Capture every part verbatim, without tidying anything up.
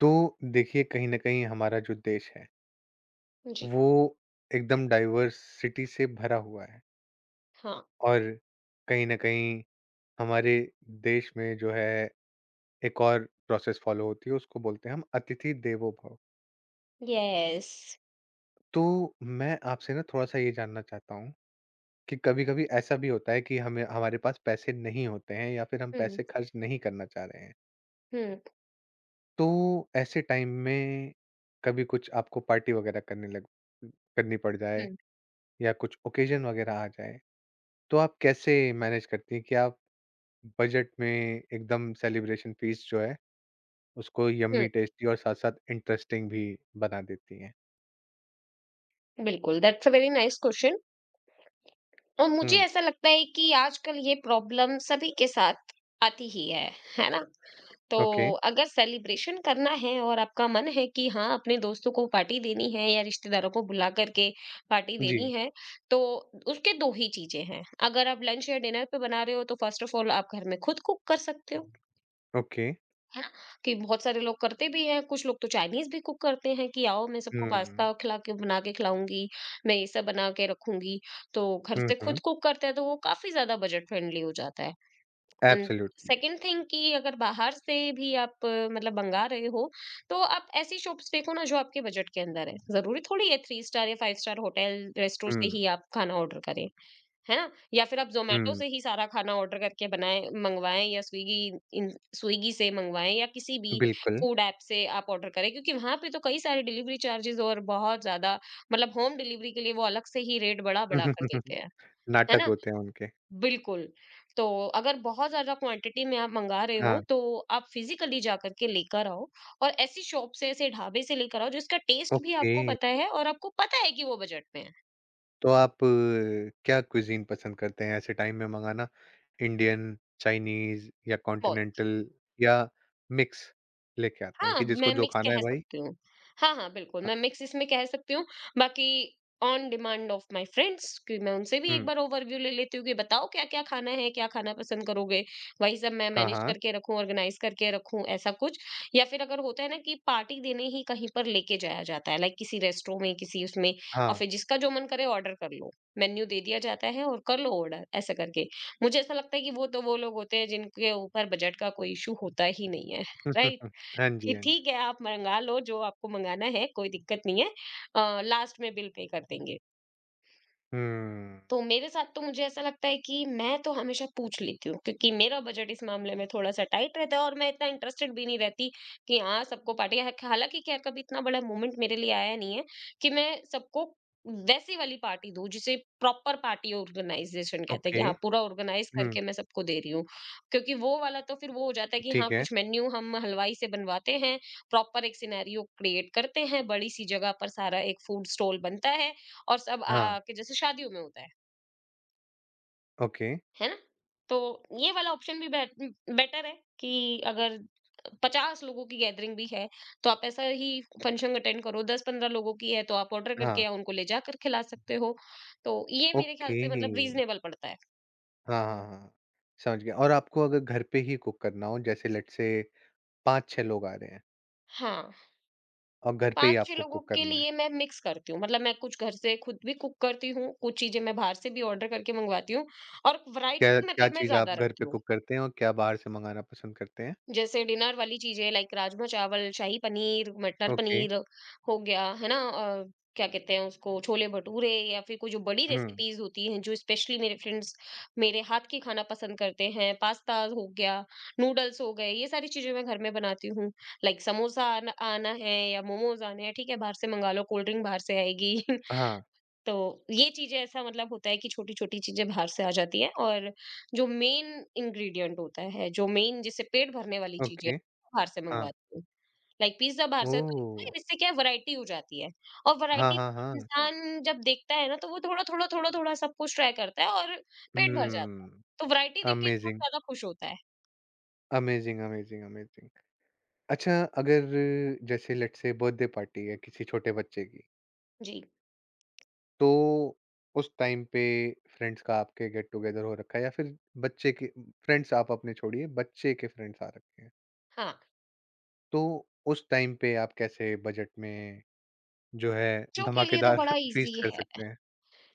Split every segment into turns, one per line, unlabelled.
तो देखिए, कहीं ना कहीं हमारा जो देश है
जी,
वो एकदम डाइवर्सिटी से भरा हुआ है।
हाँ,
और कहीं ना कहीं हमारे देश में जो है एक और प्रोसेस फॉलो होती है, उसको बोलते हैं हम अतिथि देवो भव।
यस।
तो मैं आपसे ना थोड़ा सा ये जानना चाहता हूँ कि कभी कभी ऐसा भी होता है कि हमें हमारे पास पैसे नहीं होते हैं या फिर हम
हुँ,
पैसे खर्च नहीं करना चाह रहे हैं।
हुँ,
तो ऐसे टाइम में कभी कुछ आपको पार्टी वगैरह करने लग करनी पड़ जाए
हुँ,
या कुछ ओकेजन वगैरह आ जाए, तो आप कैसे मैनेज करती हैं कि आप बजट में एकदम सेलिब्रेशन फ़ीस्ट जो है, उसको
हुँ,
यम्मी, टेस्टी और साथ-साथ इंटरेस्टिंग भी बना देती हैं?
बिल्कुल that's a very nice question. और मुझे
हुँ,
ऐसा लगता है कि आजकल ये प्रॉब्लम सभी के साथ आती ही है, है ना? तो
ओके।
अगर सेलिब्रेशन करना है और आपका मन है कि हाँ, अपने दोस्तों को पार्टी देनी है या रिश्तेदारों को बुला कर के पार्टी
जी,
देनी है, तो उसके दो ही चीज़ें हैं। अगर आप लंच या डिनर पे बना रहे हो तो फर्स्ट ऑफ ऑल आप घर में खुद कुक कर सकते हो।
ओके।
है ना? कि बहुत सारे लोग करते भी हैं, कुछ लोग तो चाइनीज़ भी कुक करते हैं कि आओ मैं सबको
हुँ,
पास्ता खिला के बना के खिलाऊँगी, मैं ये सब बना के रखूँगी। तो घर
हुँ,
से
हुँ।
खुद कुक करते हैं तो वो काफ़ी ज़्यादा बजट फ्रेंडली हो जाता है। And
absolutely.
सेकंड थिंग कि अगर बाहर से भी आप अ, मतलब मँगा रहे हो, तो आप ऐसी शॉप्स देखो ना जो आपके बजट के अंदर है। ज़रूरी थोड़ी है तीन स्टार या पाँच स्टार होटल, रेस्टोरेंट से
हुँ,
ही आप खाना ऑर्डर करें। है ना? या फिर आप ज़ोमैटो
हुँ,
से ही सारा खाना ऑर्डर करके बनाएँ मँगवाएँ या स्विगी इन स्विगी से मँगवाएँ या किसी भी
बिल्कुल।
फूड ऐप से आप ऑर्डर करें क्योंकि वहाँ पे तो कई सारे डिलीवरी चार्जेज़ और बहुत ज़्यादा मतलब होम डिलीवरी के लिए वो अलग से ही रेट बढ़ा-बढ़ा कर देते हैं। है
नाटक
ना?
होते हैं उनके।
बिल्कुल। तो अगर बहुत ज़्यादा क्वांटिटी में आप मँगा रहे
हाँ,
हो तो आप फ़िज़िकली जा कर के लेकर आओ और ऐसी शॉप से, ऐसे ढाबे से लेकर आओ जिसका टेस्ट भी
ओके।
आपको पता है और आपको पता है कि वो बजट में है।
तो आप अ, क्या क्विज़ीन पसंद करते हैं ऐसे टाइम में मंगाना? इंडियन, चाइनीज़ या
बहुत
कॉन्टिनेंटल या मिक्स लेके आते हैं
हाँ,
कि जिसको
मैं
जो
मिक्स
खाना है
कह
भाई।
सकती हूँ। हाँ, हाँ, बिल्कुल,
ह,
मैं मिक्स इसमें कह सकती हूँ। बाकी on demand of my friends कि मैं उनसे भी एक
हुँ।
बार ओवरव्यू ले लेती हूँ कि बताओ क्या-क्या खाना है, क्या खाना पसंद करोगे? वही सब मैं
हाँ,
मैनेज
हाँ।
करके रखूँ, ऑर्गनाइज़ करके रखूँ, ऐसा कुछ। या फिर अगर होता है ना कि पार्टी देने ही कहीं पर लेके जाया जाता है, लाइक किसी रेस्ट्रो में, किसी उसमें और
हाँ।
फिर जिसका जो मन करे ऑर्डर कर लो। मेन्यू दे दिया जाता है और कर लो ऑर्डर, ऐसा करके। मुझे ऐसा लगता है कि वो तो वो लोग होते हैं जिनके ऊपर बजट का कोई इश्यू होता ही नहीं है,
हम्म, हम्म,
राइट?
हम्म, हाँ जी,
कि
हाँ जी।
ठीक है आप मँगा लो जो आपको मँगाना है, कोई दिक्कत नहीं है। अ, लास्ट में बिल पे कर देंगे।
हम्म,
तो मेरे साथ तो मुझे ऐसा लगता है कि मैं तो हमेशा पूछ लेती हूँ क्योंकि मेरा बजट इस मामले में थोड़ा-सा टाइट रहता है और मैं इतना इंटरेस्टेड भी नहीं रहती कि हाँ, सबको पार्टी है। हालाँकि खैर कभी इतना बड़ा मोमेंट मेरे लिए आया नहीं है कि मैं सबको वैसी वाली पार्टी दूँ जिसे प्रॉपर पार्टी ऑर्गेनाइज़ेशन कहते हैं कि
ओके।
हाँ, पूरा ऑर्गेनाइज़
हुँ,
करके मैं सबको दे रही हूँ। क्योंकि वो वाला तो फिर वो हो जाता है कि हाँ,
ठीक है।
कुछ मेन्यू हम हलवाई से बनवाते हैं, प्रॉपर एक सिनेरियो क्रिएट करते हैं, बड़ी-सी जगह पर सारा एक फूड स्टॉल बनता है और सब
हाँ,
आ के जैसे शादियों में होता है।
ओके।
है ना? तो ये वाला ऑप्शन भी बेट बेटर है कि अगर पचास लोगों की गैदरिंग भी है, तो आप ऐसा ही फंक्शन अटेंड करो, दस पंद्रह लोगों की है, तो आप ऑर्डर करके
हाँ,
या उनको ले जाकर खिला सकते हो। तो ये मेरे ख्याल
ओके।
से मतलब रीज़नेबल पड़ता है।
हाँ, हाँ, हाँ। समझ गया। और आपको अगर घर पे ही कुक करना हो, जैसे लेट्स से पाँच छह लोग आ रहे हैं
हाँ,
और घर पे ही
पाँच छह
आपको
लोगों
कुक
के
करना है।
लिए मैं मिक्स करती हूँ, मतलब मैं कुछ घर से खुद भी कुक करती हूँ, कुछ चीज़ें मैं बाहर से भी ऑर्डर करके मँगवाती हूँ और
क्या
वैरायटी
क्या
मतलब मैं
चीज़ आप
ज़्यादा
घर
रखती
पे
हूँ।
कुक करते हैं और क्या बाहर से मँगाना पसंद करते हैं?
जैसे डिनर वाली चीजें लाइक राजमा-चावल, शाही पनीर, मटर
ओके।
पनीर हो गया, है ना? अ, क्या कहते हैं उसको छोले भटूरे या फिर कोई जो बड़ी
हुँ।
रेसिपीज़ होती हैं, जो स्पेशली मेरे फ्रेंड्स मेरे हाथ की खाना पसंद करते हैं, पास्ता हो गया, नूडल्स हो गए, ये सारी चीज़ें मैं घर में बनाती हूँ। लाइक समोसा आना आना है या मोमोज़ आने हैं, ठीक है, बाहर से मँगा लो, कोल्ड ड्रिंक बाहर से आएगी।
हाँ,
तो ये चीज़ें ऐसा मतलब होता है कि छोटी-छोटी चीज़ें बाहर से आ जाती हैं और जो मेन इंग्रीडिएंट होता है, जो मेन जिससे पेट भरने वाली चीज़ें हैं,
ओके।
वो बाहर से
हाँ।
मँगवाती हूँ। लाइक पिज़्ज़ा बाहर से तो इतना
ओह!
है इससे क्या है वैरायटी हो जाती है और
हाँ,
वैरायटी
हाँ, हाँ।
इंसान जब देखता है ना तो वो थोड़ा-थोड़ा, थोड़ा-थोड़ा सब कुछ ट्राई करता है और पेट भर जाता है।
हुँ।
तो वैरायटी देख के इंसान
अमेज़िंग,
ज़्यादा खुश होता है।
Amazing, amazing, amazing. अच्छा, अगर जैसे लेट्स से बर्थडे पार्टी है किसी छोटे बच्चे की,
जी,
तो उस टाइम पे फ्रेंड्स का आपके गेट टुगेदर हो रखा है या फिर बच्चे के फ्रेंड्स, आप अपने छोड़िए, बच्चे के फ्रेंड्स आ रखे हैं।
हाँ,
तो उस टाइम पे आप कैसे बजट में जो है
बच्चों के लिए तो
धमाकेदार
बड़ा
फ़ीस्ट
ईज़ी
कर
है।
सकते हैं।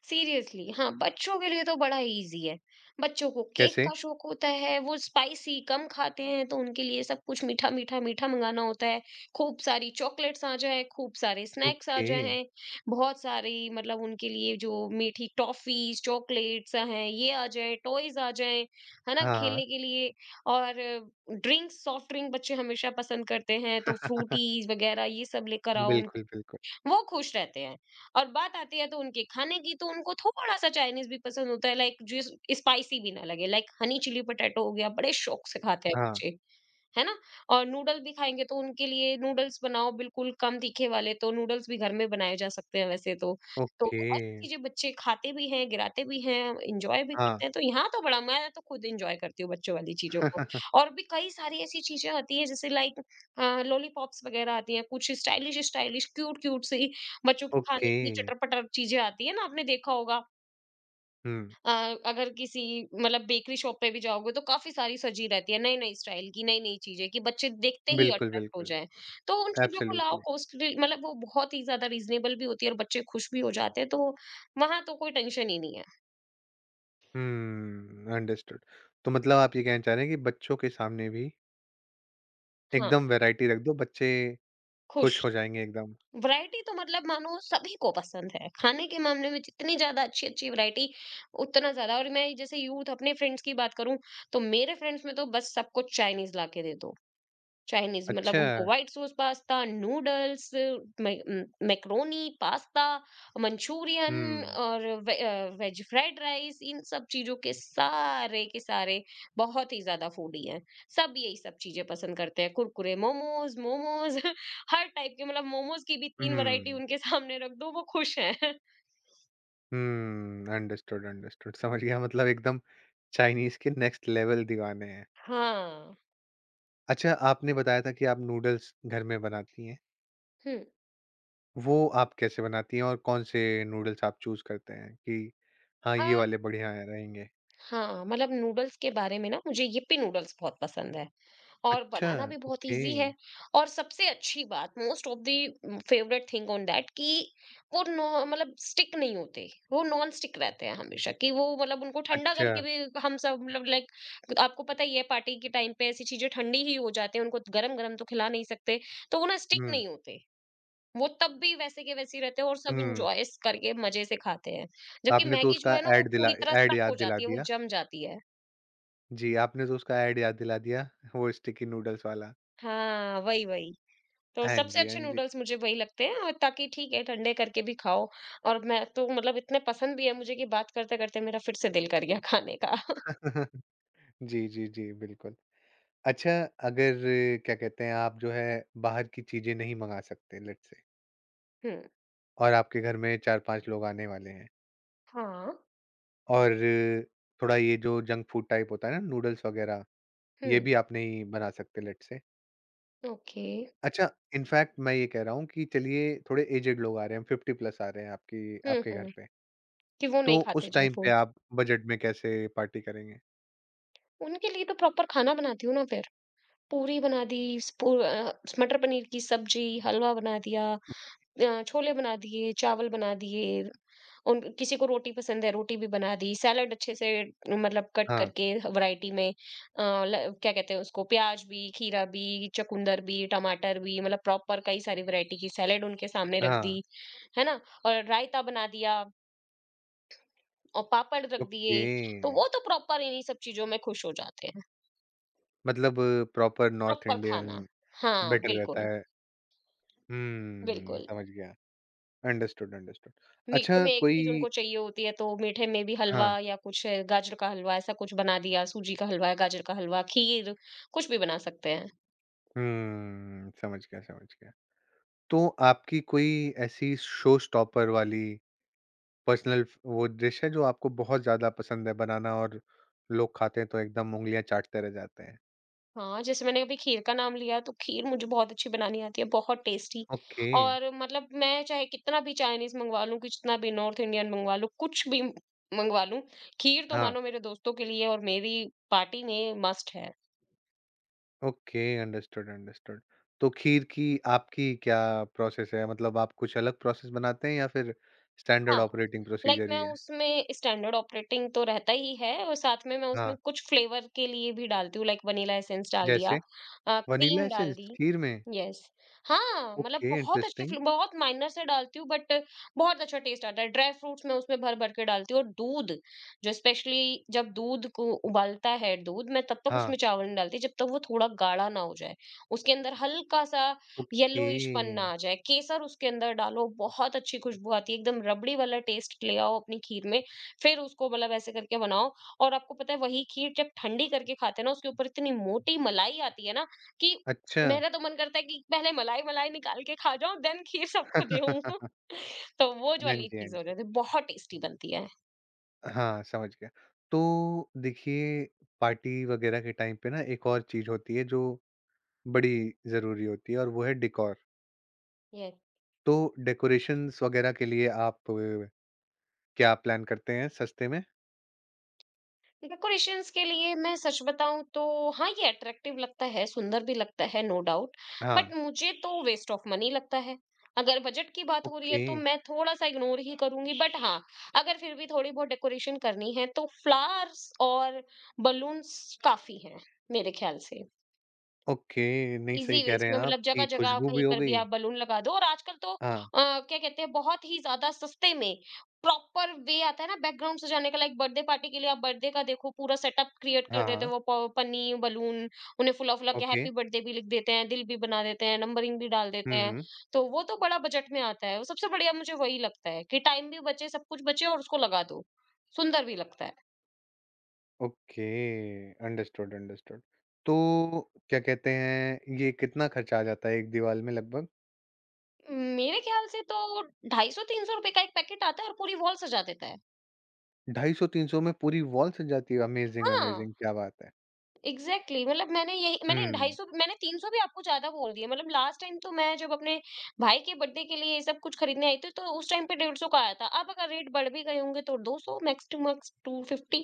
सीरियसली हाँ, बच्चों के लिए तो बड़ा इजी है. बच्चों को केक
कैसे?
का शौक होता है, वो स्पाइसी कम खाते हैं तो उनके लिए सब कुछ मीठा मीठा मीठा मंगाना होता है. खूब सारी चॉकलेट्स आ जाए, खूब सारे स्नैक्स आ
ओके।
जाए, बहुत सारी मतलब उनके लिए जो मीठी टॉफीज चॉकलेट्स हैं ये आ जाए, टॉयज आ जाए, है ना,
हाँ,
खेलने के लिए. और ड्रिंक्स सॉफ्ट ड्रिंक बच्चे हमेशा पसंद करते हैं तो
हाँ।
फ्रूटीज वगैरह ये सब लेकर आओ,
बिल्कुल, बिल्कुल।
वो खुश रहते हैं। और बात आती है तो उनके खाने की तो उनको थोड़ा-सा चाइनीज़ भी पसंद होता है, लाइक जो स्पाइसी भी ना लगे, लाइक हनी चिली पटैटो हो गया, बड़े शौक से खाते हैं
हाँ,
बच्चे। है ना? और नूडल भी खाएँगे तो उनके लिए नूडल्स बनाओ बिल्कुल कम तीखे वाले, तो नूडल्स भी घर में बनाए जा सकते हैं वैसे तो। तो
ओके।
और भी चीज़ें बच्चे खाते भी हैं, गिराते भी हैं, एन्जॉय भी
हाँ।
करते हैं, तो यहाँ तो बड़ा मैं तो खुद एन्जॉय करती हूँ बच्चों वाली चीज़ों को। और भी कई सारी ऐसी चीज़ें आती हैं जैसे लाइक अ, लॉलीपॉप्स वगैरह आती हैं, कुछ स्टाइलिश स्टाइलिश, क्यूट क्यूट सी बच्चों के खाने
ओके।
की चटर-पटर चीज़ें आती है ना, आपने देखा होगा।
हुँ।
अ, अगर किसी मतलब बेकरी शॉप पे भी जाओगे तो काफ़ी सारी सजी रहती है, नई-नई स्टाइल की, नई-नई चीज़ें कि बच्चे देखते ही
बिल्कुल,
अट्रैक्ट हो
बिल्कुल।
जाएँ। तो उन चीज़ों को लाओ,
एब्सोल्यूटली।
कॉस्टली मतलब वो बहुत ही ज़्यादा रीज़नेबल भी होती है और बच्चे खुश भी हो जाते हैं, तो वहाँ तो कोई टेंशन ही नहीं है।
हुँ, अंडरस्टूड। तो मतलब आप ये कहना चाह रहे हैं कि बच्चों के सामने भी
हाँ,
एकदम वैरायटी रख दो, बच्चे खुश
खुश।
हो जाएँगे एकदम।
वैरायटी तो मतलब मानो सभी को पसंद है, खाने के मामले में जितनी ज़्यादा अच्छी-अच्छी वैरायटी उतना ज़्यादा, और मैं जैसे यूथ अपने फ्रेंड्स की बात करूँ, तो मेरे फ्रेंड्स में तो बस सबको चाइनीज़ ला के दे दो। चाइनीज मतलब
अच्छा।
उनको white sauce pasta noodles, macaroni pasta, Manchurian
हुँ।
और वे, वेज फ्राइड राइस, इन सब चीजों के सारे के सारे बहुत ही ज्यादा फूडी हैं, सब यही सब चीजें पसंद करते हैं, कुरकुरे मोमोज मोमोज। हर टाइप के मतलब मोमोज की भी तीन वैरायटी
हुँ।
उनके सामने रख दो वो खुश हैं।
हुँ, अंडरस्टूड, अंडरस्टूड। समझ गया, मतलब एकदम चाइनीज़ के नेक्स्ट लेवल दीवाने हैं।
हाँ।
अच्छा, आपने बताया था कि आप नूडल्स घर में बनाती हैं।
हम्म।
वो आप कैसे बनाती हैं और कौन-से नूडल्स आप चूज़ करते हैं कि हाँ, ये
अब
वाले बढ़िया रहेंगे?
हाँ, मतलब नूडल्स के बारे में ना मुझे यिप्पी नूडल्स बहुत पसंद है और
अच्छा,
बनाना भी बहुत
ओके।
ईजी है। और सबसे अच्छी बात most of the favourite thing on that कि वो नो- मतलब स्टिक नहीं होते, वो नॉन स्टिक रहते हैं हमेशा, कि वो मतलब उनको ठंडा
अच्छा,
करके भी हम सब मतलब लाइक आपको पता ही है पार्टी के टाइम पे ऐसी चीजें ठंडी ही हो जाते हैं, उनको गरम गरम तो खिला नहीं सकते, तो वो ना स्टिक
हुँ,
नहीं होते, वो तब भी वैसे के वैसे ही रहते हैं और सब
हुँ।
इंजॉय करके मजे से खाते हैं। जबकि
आपने तो
मैगी जो
उसका
है ना वो
ऐड दिला
पूरी तरह
ऐड
सक
याद
हो
दिला
जाती है, वो
दिया।
जम जाती है।
जी, आपने तो उसका ऐड याद दिला दिया, वो स्टिकी नूडल्स वाला।
हाँ, वही वही। तो
हाँ
सबसे
जी, हाँ
अच्छे
जी।
नूडल्स मुझे वही लगते हैं, और ताकि ठीक है ठंडे करके भी खाओ। और मैं तो मतलब इतने पसंद भी है मुझे कि बात करते करते मेरा फिर से दिल कर गया खाने का।
जी, जी, जी, बिल्कुल। अच्छा, अगर क्या कहते हैं, आप जो है बाहर की चीज़ें नहीं मँगा सकते लेट्स से
हम्म।
और आपके घर में चार पाँच लोग आने वाले हैं।
हाँ।
और थोड़ा ये जो जंक फूड टाइप होता है ना, नूडल्स वगैरह, ये
हम्म।
भी आप नहीं बना सकते लेट्स से।
ओके।
अच्छा, इनफैक्ट मैं ये कह रहा हूँ कि चलिए थोड़े एजेड लोग आ रहे हैं, पचास प्लस आ रहे हैं आपकी
हम्म,
आपके घर
हम्म,
पे,
कि वो नहीं
तो
खाते
उस
जंक
टाइम पे
फूड।
आप बजट में कैसे पार्टी करेंगे?
उनके लिए तो प्रॉपर खाना बनाती हूँ ना फिर, पूरी बना दी, स्पू- अ, मटर पनीर की सब्जी, हलवा बना दिया, अ, छोले बना दिए, चावल बना दिए, उन किसी को रोटी पसंद है, रोटी भी बना दी, सैलेड अच्छे से मतलब कट
हाँ,
करके वैरायटी में, अ, ल क्या कहते हैं उसको, प्याज भी, खीरा भी, चुकंदर भी, टमाटर भी, मतलब प्रॉपर कई सारी वैरायटी की सैलेड उनके सामने रख
हाँ,
दी, है ना? और रायता बना दिया। और पापड़ रख
ओके।
दिए। तो वो तो प्रॉपर इन्हीं सब चीज़ों में खुश हो जाते हैं,
मतलब प्रॉपर नॉर्थ
प्रॉपर
इंडियन
खाना। हाँ,
बेटर रहता
बिल्कुल,
है। हुँ,
बिल्कुल।
समझ गया। Understood, understood.
मीठे
अच्छा
में एक चीज
कोई,
उनको चाहिए होती है तो मीठे में भी हलवा
हाँ,
या कुछ है, गाजर का हलवा ऐसा कुछ बना दिया। सूजी का हलवा, गाजर का हलवा, खीर, कुछ भी बना सकते हैं।
हुँ, समझ गया, समझ गया। तो आपकी कोई ऐसी शो स्टॉपर वाली पर्सनल फ- वो डिश है जो आपको बहुत ज्यादा पसंद है बनाना और लोग खाते हैं तो एकदम उंगलियां चाटते रह जाते हैं?
हाँ, जैसे मैंने अभी खीर का नाम लिया तो खीर मुझे बहुत अच्छी बनानी आती है, बहुत टेस्टी।
ओके।
और मतलब मैं चाहे कितना भी चाइनीज मंगवा लूं, कितना भी नॉर्थ इंडियन मंगवा लूं, कुछ भी मंगवा लूं, खीर तो
हाँ।
मानो मेरे दोस्तों के लिए और मेरी पार्टी में मस्ट है।
Okay, understood, understood. तो खीर की आपकी क्या प्रोसेस है, मतलब आप कुछ अलग प्रोसेस बनाते हैं या फिर स्टैंडर्ड
हाँ,
ऑपरेटिंग
लाइक
प्रोसीजर
मैं
ही है?
उसमें स्टैंडर्ड ऑपरेटिंग तो रहता ही है, और साथ में मैं
हाँ,
उसमें कुछ फ्लेवर के लिए भी डालती हूँ। लाइक वनीला एसेंस डाल दिया,
जैसे
अ,
वनीला
क्रीम डाल
एसेंस
दी।
खीर में?
यस। हाँ, मतलब
ओके,
बहुत अच्छी
इंटरेस्टिंग।
फ्ले- बहुत माइनर से डालती हूँ, बट बहुत अच्छा टेस्ट आता है। ड्राई फ्रूट्स मैं उसमें भर भर के डालती हूँ, और दूध जो स्पेशली जब दूध को उबालता है दूध, मैं तब तक
हाँ।
उसमें चावल नहीं डालती जब तक वो थोड़ा गाढ़ा ना हो जाए। उसके अंदर हल्का सा
ओके।
येलोइश पन्ना आ जाए, केसर उसके अंदर डालो, बहुत अच्छी खुशबू आती है, एकदम रबड़ी वाला टेस्ट ले आओ अपनी खीर में। फिर उसको मतलब ऐसे करके बनाओ। और आपको पता है वही खीर जब ठंडी करके खाते हैं ना, उसके ऊपर इतनी मोटी मलाई आती है ना कि
अच्छा।
मेरा तो मन करता है कि पहले मलाई मलाई निकाल के खा जाऊं देन खीर सबको दूं। तो वो जो
हाँ
वाली
जी, हाँ
चीज हो
जी।
जाती है, बहुत टेस्टी बनती
हाँ, समझ गया। तो देखिए, पार्टी वगैरह के टाइम पे ना एक और चीज़ होती है जो बड़ी ज़रूरी होती है, और वो है डेकोर।
है।
तो डेकोरेशंस वगैरह के लिए आप अ, क्या प्लान करते हैं सस्ते में?
डेकोरेशंस के लिए मैं सच बताऊं तो, हाँ, ये अट्रैक्टिव लगता है, सुंदर भी लगता है, नो डाउट।
हाँ,
बट मुझे तो वेस्ट ऑफ मनी लगता है। अगर बजट की बात हो रही है
ओके,
तो मैं थोड़ा सा इग्नोर ही करूंगी। बट हाँ, अगर फिर भी थोड़ी बहुत डेकोरेशन करनी है तो फ्लावर्स और बलून्स काफी हैं, मेरे ख्याल से।
ओके। नहीं, सही
इज़ी वे
कह रहे हैं
इसमें,
आप
मतलब
कि
जगह-जगह
खुशबू भी
कहीं
हो
पर भी
गई।
आप बलून लगा दो। और आजकल तो अ,
हाँ,
क्या कहते हैं, बहुत ही ज़्यादा सस्ते में प्रॉपर वे आता है ना बैकग्राउंड सजाने का। लाइक बर्थडे पार्टी के लिए आप बर्थडे का देखो पूरा सेटअप क्रिएट कर
हाँ,
देते
हाँ,
हैं। वो प पन्नी, बलून, उन्हें फुला-फुला के
ओके।
हैप्पी बर्थडे भी लिख देते हैं, दिल भी बना देते हैं, नंबरिंग भी डाल
हुँ,
देते हैं।
हुँ।
तो वो तो बड़ा बजट में आता है। वो सबसे बढ़िया मुझे वही लगता है कि टाइम भी बचे, सब कुछ बचे और उसको लगा दो। सुंदर भी लगता है।
Okay, understood, understood. तो क्या कहते हैं, ये कितना खर्चा आ जाता है एक दीवार में लगभग?
मेरे ख्याल से तो ₹दो सौ पचास तीन सौ का एक पैकेट आता है और पूरी वॉल सजा देता है।
ढाई सौ तीन सौ में पूरी वॉल सज जाती है, अमेज़िंग,
हाँ।
अमेज़िंग! क्या बात है।
Exactly exactly. मतलब मैंने यही, मैंने
हुँ,
दो सौ पचास, मैंने तीन सौ भी आपको ज्यादा बोल दिए। मतलब लास्ट टाइम तो मैं जब अपने भाई के बर्थडे के लिए ये सब कुछ खरीदने आई थी तो उस टाइम पे एक सौ पचास का आया था। अब अगर रेट बढ़ भी गए होंगे तो दो सौ, max two max two fifty.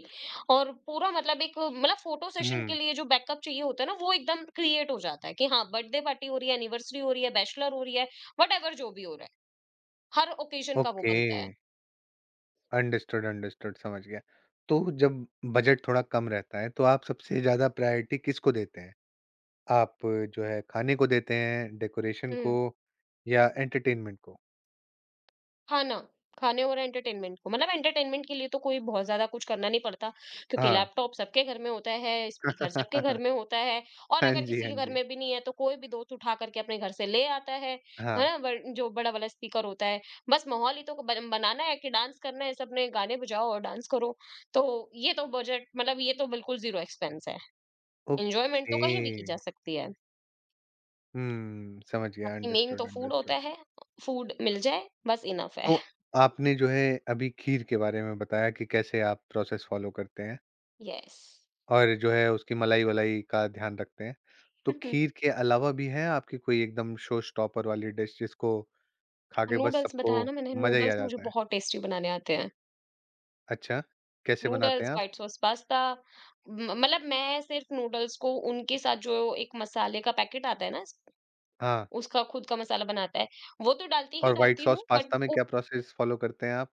और पूरा, मतलब एक, मतलब फोटो सेशन के
हुँ,
लिए जो बैकअप चाहिए होता है ना, वो एकदम क्रिएट हो जाता है कि हाँ बर्थडे पार्टी हो रही है, एनिवर्सरी हो रही है, बैचलर हो रही है, वट एवर जो भी हो रहा है, हर ओकेजन का वो
ओके,
बनता है।
अंडरस्टूड, अंडरस्टूड, समझ गया। तो जब बजट थोड़ा कम रहता है, तो आप सबसे ज़्यादा प्रायोरिटी किसको देते हैं? आप जो है खाने को देते हैं, डेकोरेशन
हम्म।
को या एंटरटेनमेंट को?
खाना, खाने और एंटरटेनमेंट को। मतलब एंटरटेनमेंट के लिए तो कोई बहुत ज़्यादा कुछ करना नहीं पड़ता क्योंकि
हाँ।
लैपटॉप सबके घर में होता है, स्पीकर सबके घर में होता है। और
हाँ
अगर
जी,
किसी
हाँ
के घर
जी,
में भी नहीं है तो कोई भी दोस्त उठा करके अपने घर से ले आता है,
हाँ,
है ना? ब जो बड़ा वाला स्पीकर होता है, बस माहौल ही तो बन बनाना है कि डांस करना है, सबने गाने बजाओ और डांस करो। तो ये तो बजट, मतलब ये तो बिल्कुल ज़ीरो एक्सपेंस है, एन्जॉयमेंट तो
ओके।
कहीं भी की जा सकती है।
हुँ, समझ गया,
बाकी मेन तो
अंडरस्टूड,
फूड
अंडरस्टूड।
होता है, फूड मिल जाए बस इनफ है।
तो आपने जो है अभी खीर के बारे में बताया कि कैसे आप प्रोसेस फ़ॉलो करते हैं
येस।
और जो है उसकी मलाई-वलाई का ध्यान रखते हैं। तो खीर के अलावा भी है आपकी कोई एकदम शो स्टॉपर वाली डिश जिसको खा के बस
नूडल्स
सबको
बताया ना मैंने,
मज़ा ही आ
नूडल्स मुझे
जाता है?
बहुत टेस्टी बनाने आते हैं।
अच्छा, कैसे बनाते
नूडल्स,
हैं आप?
White sauce pasta. म मतलब मैं सिर्फ़ नूडल्स को उनके साथ जो एक मसाले का पैकेट आता है ना,
हाँ,
उसका खुद का मसाला बनाता है, वो तो डालती ही
और व्हाइट
डालती
सॉस
हूँ, बट
पास्ता में
उप
क्या प्रोसेस फॉलो करते हैं आप?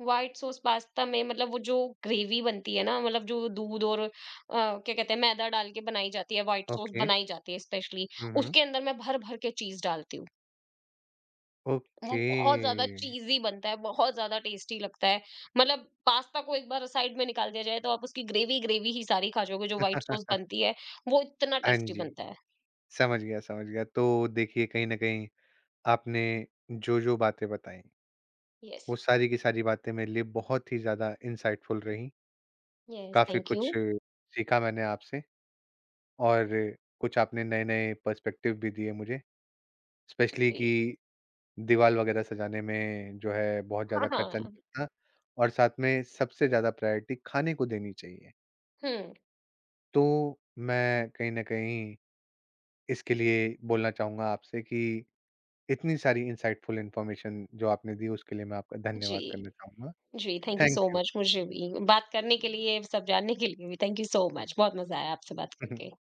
व्हाइट सॉस पास्ता में मतलब वो जो ग्रेवी बनती है ना, मतलब जो दूध और अ, क्या कहते हैं मैदा डाल के बनाई जाती है, व्हाइट सॉस
ओके।
बनाई जाती है स्पेशली,
हुँ, हुँ।
उसके अंदर मैं भर-भर के चीज़ डालती हूँ। वो
ओके।
बहुत ज्यादा चीजी बनता है, बहुत ज्यादा टेस्टी लगता है। मतलब पास्ता को एक बार साइड में निकाल दिया जाए तो आप उसकी ग्रेवी ग्रेवी ही सारी खा जाओगे, जो व्हाइट सॉस बनती है वो इतना
हाँ
टेस्टी
जी,
बनता है।
समझ गया, समझ गया। तो देखिए, कहीं न कहीं आपने जो-जो बातें बताई,
यस।
वो सारी की सारी बातें मेरे लिए बहुत ही ज़्यादा इनसाइटफुल रहीं।
यस,
काफ़ी
थैंक यू।
कुछ सीखा मैंने आपसे। और कुछ आपने नए-नए पर्सपेक्टिव भी दिए मुझे, स्पेशली
जी,
कि दीवार वगैरह सजाने में जो है बहुत
हाँ,
ज़्यादा
हाँ।
खर्चा नहीं करना, और साथ में सबसे ज़्यादा प्रायोरिटी खाने को देनी चाहिए।
हम्म।
तो मैं कहीं न कहीं इसके लिए बोलना चाहूँगा आपसे कि इतनी सारी इनसाइटफुल इन्फॉर्मेशन जो आपने दी उसके लिए मैं आपका
जी,
धन्यवाद करना चाहूँगा।
जी, thank you
thank
so
you.
Much. मुझे भी बात करने के लिए, सब जानने के लिए भी थैंक यू सो मच। बहुत मजा आया आपसे बात करके।